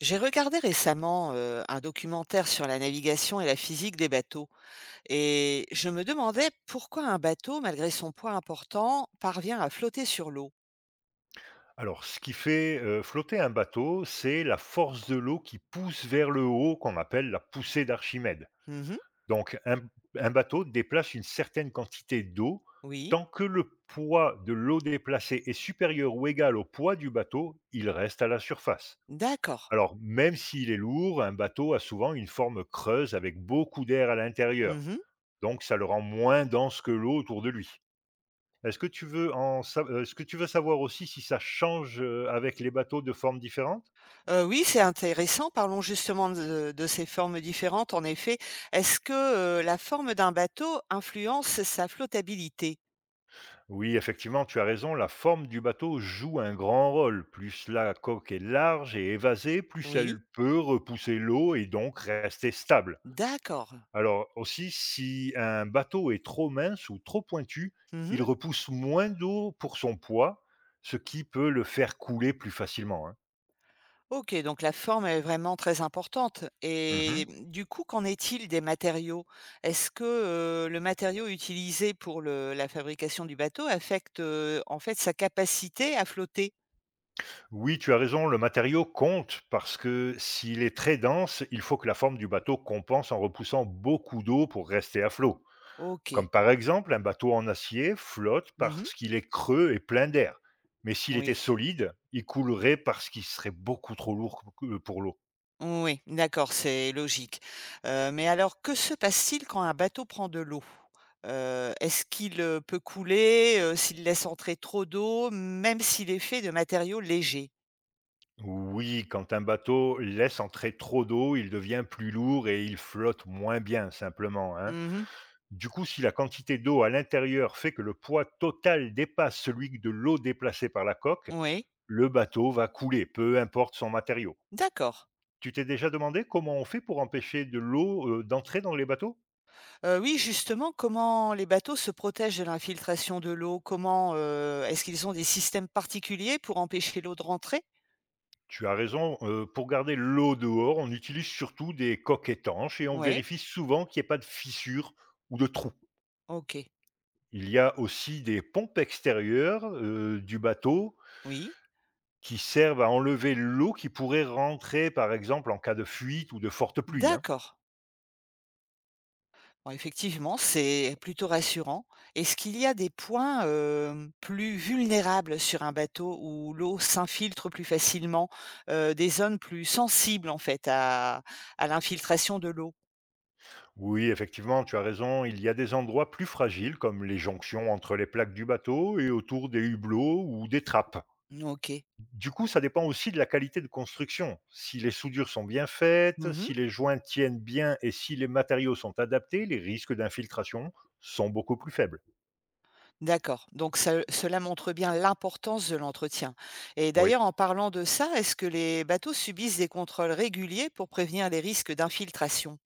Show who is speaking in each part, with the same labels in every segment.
Speaker 1: J'ai regardé récemment un documentaire sur la navigation et la physique des bateaux, et je me demandais pourquoi un bateau, malgré son poids important, parvient à flotter sur l'eau.
Speaker 2: Alors, ce qui fait, flotter un bateau, c'est la force de l'eau qui pousse vers le haut, qu'on appelle la poussée d'Archimède.
Speaker 1: Mhm,
Speaker 2: Donc un bateau déplace une certaine quantité d'eau.
Speaker 1: oui,
Speaker 2: Tant que le poids de l'eau déplacée est supérieur ou égal au poids du bateau, il reste à la surface.
Speaker 1: d'accord.
Speaker 2: Alors, même s'il est lourd, un bateau a souvent une forme creuse avec beaucoup d'air à l'intérieur,
Speaker 1: Mhm.
Speaker 2: donc ça le rend moins dense que l'eau autour de lui. Est-ce que tu veux savoir aussi si ça change, avec les bateaux de formes différentes?
Speaker 1: Oui, c'est intéressant. Parlons justement de ces formes différentes. En effet, est-ce que la forme d'un bateau influence sa flottabilité?
Speaker 2: Oui, effectivement, tu as raison, la forme du bateau joue un grand rôle. Plus la coque est large et évasée, plus
Speaker 1: Oui,
Speaker 2: elle peut repousser l'eau et donc rester stable.
Speaker 1: d'accord.
Speaker 2: Alors aussi, si un bateau est trop mince ou trop pointu, il repousse moins d'eau pour son poids, ce qui peut le faire couler plus facilement, hein.
Speaker 1: OK, donc la forme est vraiment très importante et
Speaker 2: Mmh.
Speaker 1: mmh, du coup, qu'en est-il des matériaux? Est-ce que, le matériau utilisé pour le la fabrication du bateau affecte, en fait, sa capacité à flotter?
Speaker 2: Oui, tu as raison, le matériau compte parce que s'il est très dense, il faut que la forme du bateau compense en repoussant beaucoup d'eau pour rester à flot. Comme
Speaker 1: OK.
Speaker 2: par exemple, un bateau en acier flotte
Speaker 1: Mmh.
Speaker 2: parce qu'il est creux et plein d'air. Mais s'il était
Speaker 1: Oui.
Speaker 2: solide, il coulerait parce qu'il serait beaucoup trop lourd pour l'eau.
Speaker 1: Oui, d'accord, c'est logique. Mais alors que se passe-t-il quand un bateau prend de l'eau? Est-ce qu'il, peut couler, s'il laisse entrer trop d'eau, même s'il est fait de matériaux légers?
Speaker 2: Oui, quand un bateau laisse entrer trop d'eau, il devient plus lourd et il flotte moins bien simplement, hein.
Speaker 1: Mmh.
Speaker 2: Du coup, si la quantité d'eau à l'intérieur fait que le poids total dépasse celui de l'eau déplacée par la coque,
Speaker 1: Oui,
Speaker 2: le bateau va couler, peu importe son matériau.
Speaker 1: d'accord.
Speaker 2: Tu t'es déjà demandé comment on fait pour empêcher de l'eau d'entrer dans les bateaux?
Speaker 1: Oui, justement, comment les bateaux se protègent de l'infiltration de l'eau? Comment, est-ce qu'ils ont des systèmes particuliers pour empêcher l'eau de rentrer?
Speaker 2: Tu as raison, pour garder l'eau dehors, on utilise surtout des coques étanches et on
Speaker 1: Oui,
Speaker 2: vérifie souvent qu'il n'y ait pas de fissures ou de trous.
Speaker 1: OK,
Speaker 2: Il y a aussi des pompes extérieures du bateau
Speaker 1: oui,
Speaker 2: qui servent à enlever l'eau qui pourrait rentrer, par exemple, en cas de fuite ou de forte pluie, hein.
Speaker 1: d'accord. Bon, effectivement, c'est plutôt rassurant. Est-ce qu'il y a des points, plus vulnérables sur un bateau où l'eau s'infiltre plus facilement, des zones plus sensibles en fait à l'infiltration de l'eau?
Speaker 2: Oui, effectivement, tu as raison. Il y a des endroits plus fragiles, comme les jonctions entre les plaques du bateau et autour des hublots ou des trappes.
Speaker 1: OK.
Speaker 2: Du coup, ça dépend aussi de la qualité de construction. Si les soudures sont bien faites,
Speaker 1: Mmh.
Speaker 2: si les joints tiennent bien et si les matériaux sont adaptés, les risques d'infiltration sont beaucoup plus faibles.
Speaker 1: D'accord, donc ce cela montre bien l'importance de l'entretien, et
Speaker 2: Oui.
Speaker 1: d'ailleurs en parlant de ça, est-ce que les bateaux subissent des contrôles réguliers pour prévenir les risques d'infiltration?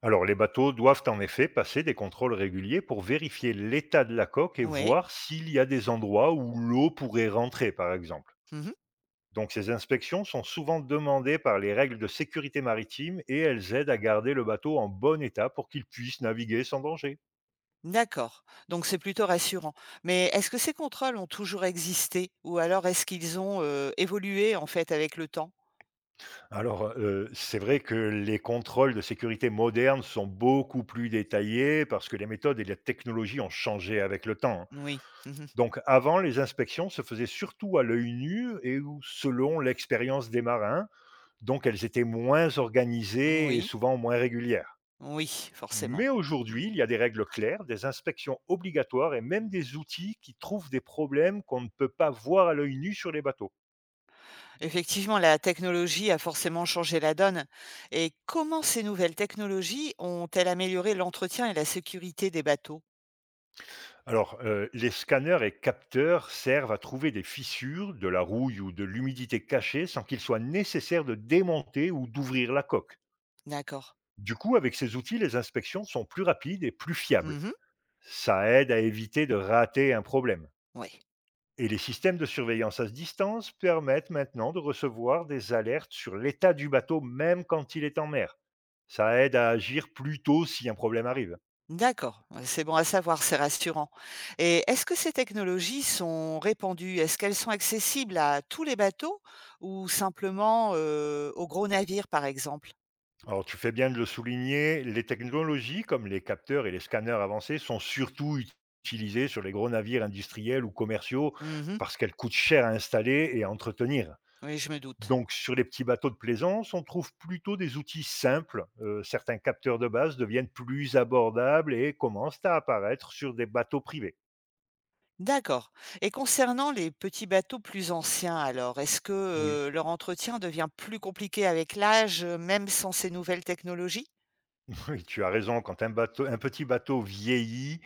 Speaker 2: Alors, les bateaux doivent en effet passer des contrôles réguliers pour vérifier l'état de la coque et
Speaker 1: Oui.
Speaker 2: voir s'il y a des endroits où l'eau pourrait rentrer, par exemple. Donc ces inspections sont souvent demandées par les règles de sécurité maritime et elles aident à garder le bateau en bon état pour qu'il puisse naviguer sans danger.
Speaker 1: D'accord, donc c'est plutôt rassurant. Mais est-ce que ces contrôles ont toujours existé, ou alors est-ce qu'ils ont, évolué en fait avec le temps?
Speaker 2: Alors c'est vrai que les contrôles de sécurité modernes sont beaucoup plus détaillés parce que les méthodes et les technologies ont changé avec le temps.
Speaker 1: Oui. Mmh.
Speaker 2: Donc avant, les inspections se faisaient surtout à l'œil nu et ou selon l'expérience des marins, donc elles étaient moins organisées et
Speaker 1: Oui,
Speaker 2: souvent moins régulières.
Speaker 1: oui, forcément.
Speaker 2: Mais
Speaker 1: Mmh.
Speaker 2: aujourd'hui, il y a des règles claires, des inspections obligatoires et même des outils qui trouvent des problèmes qu'on ne peut pas voir à l'œil nu sur les bateaux.
Speaker 1: Effectivement, la technologie a forcément changé la donne. Et comment ces nouvelles technologies ont-elles amélioré l'entretien et la sécurité des bateaux?
Speaker 2: Alors, les scanners et capteurs servent à trouver des fissures, de la rouille ou de l'humidité cachée sans qu'il soit nécessaire de démonter ou d'ouvrir la coque.
Speaker 1: D'accord.
Speaker 2: Du coup, avec ces outils, les inspections sont plus rapides et plus fiables.
Speaker 1: Oui.
Speaker 2: Ça aide à éviter de rater un problème. Et les systèmes de surveillance à distance permettent maintenant de recevoir des alertes sur l'état du bateau même quand il est en mer. Ça aide à agir plus tôt si un problème arrive.
Speaker 1: D'accord, ouais, c'est bon à savoir, c'est rassurant. Et est-ce que ces technologies sont répandues? Est-ce qu'elles sont accessibles à tous les bateaux ou simplement aux gros navires, par exemple?
Speaker 2: Alors tu fais bien de le souligner, les technologies comme les capteurs et les scanners avancés sont surtout utilisées sur les gros navires industriels ou commerciaux
Speaker 1: Mhm.
Speaker 2: parce qu'elles coûtent cher à installer et à entretenir.
Speaker 1: Oui, je me doute.
Speaker 2: Donc, sur les petits bateaux de plaisance, on trouve plutôt des outils simples. Certains capteurs de base deviennent plus abordables et commencent à apparaître sur des bateaux privés.
Speaker 1: D'accord. Et concernant les petits bateaux plus anciens, alors, est-ce que
Speaker 2: Oui,
Speaker 1: leur entretien devient plus compliqué avec l'âge, même sans ces nouvelles technologies?
Speaker 2: oui, tu as raison. Quand un petit bateau vieillit,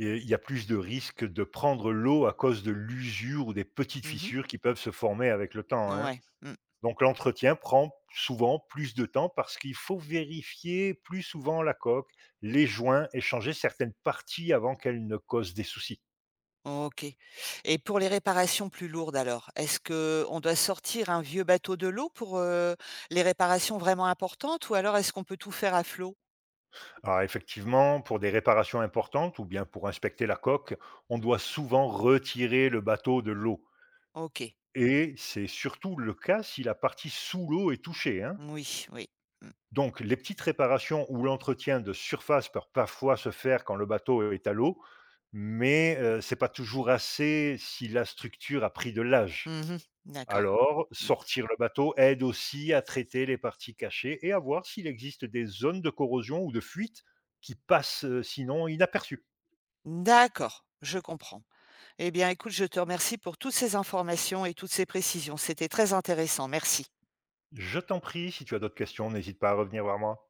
Speaker 2: il y a plus de risques de prendre l'eau à cause de l'usure ou des petites
Speaker 1: Mhm.
Speaker 2: fissures qui peuvent se former avec le temps, hein.
Speaker 1: Ouais. Mmh.
Speaker 2: Donc, l'entretien prend souvent plus de temps parce qu'il faut vérifier plus souvent la coque, les joints et changer certaines parties avant qu'elles ne causent des soucis.
Speaker 1: OK, et pour les réparations plus lourdes alors, est-ce que on doit sortir un vieux bateau de l'eau pour, les réparations vraiment importantes, ou alors est-ce qu'on peut tout faire à flot?
Speaker 2: Alors effectivement, pour des réparations importantes ou bien pour inspecter la coque, on doit souvent retirer le bateau de l'eau.
Speaker 1: OK.
Speaker 2: Et c'est surtout le cas si la partie sous l'eau est touchée, hein.
Speaker 1: Oui, oui. Mmh.
Speaker 2: Donc les petites réparations ou l'entretien de surface peuvent parfois se faire quand le bateau est à l'eau, mais c'est pas toujours assez si la structure a pris de l'âge.
Speaker 1: Mmh. D'accord.
Speaker 2: Alors,
Speaker 1: Mmh.
Speaker 2: sortir le bateau aide aussi à traiter les parties cachées et à voir s'il existe des zones de corrosion ou de fuite qui passent sinon inaperçues.
Speaker 1: D'accord, je comprends. Eh bien écoute, je te remercie pour toutes ces informations et toutes ces précisions. C'était très intéressant. Merci.
Speaker 2: Je t'en prie, si tu as d'autres questions, n'hésite pas à revenir voir moi.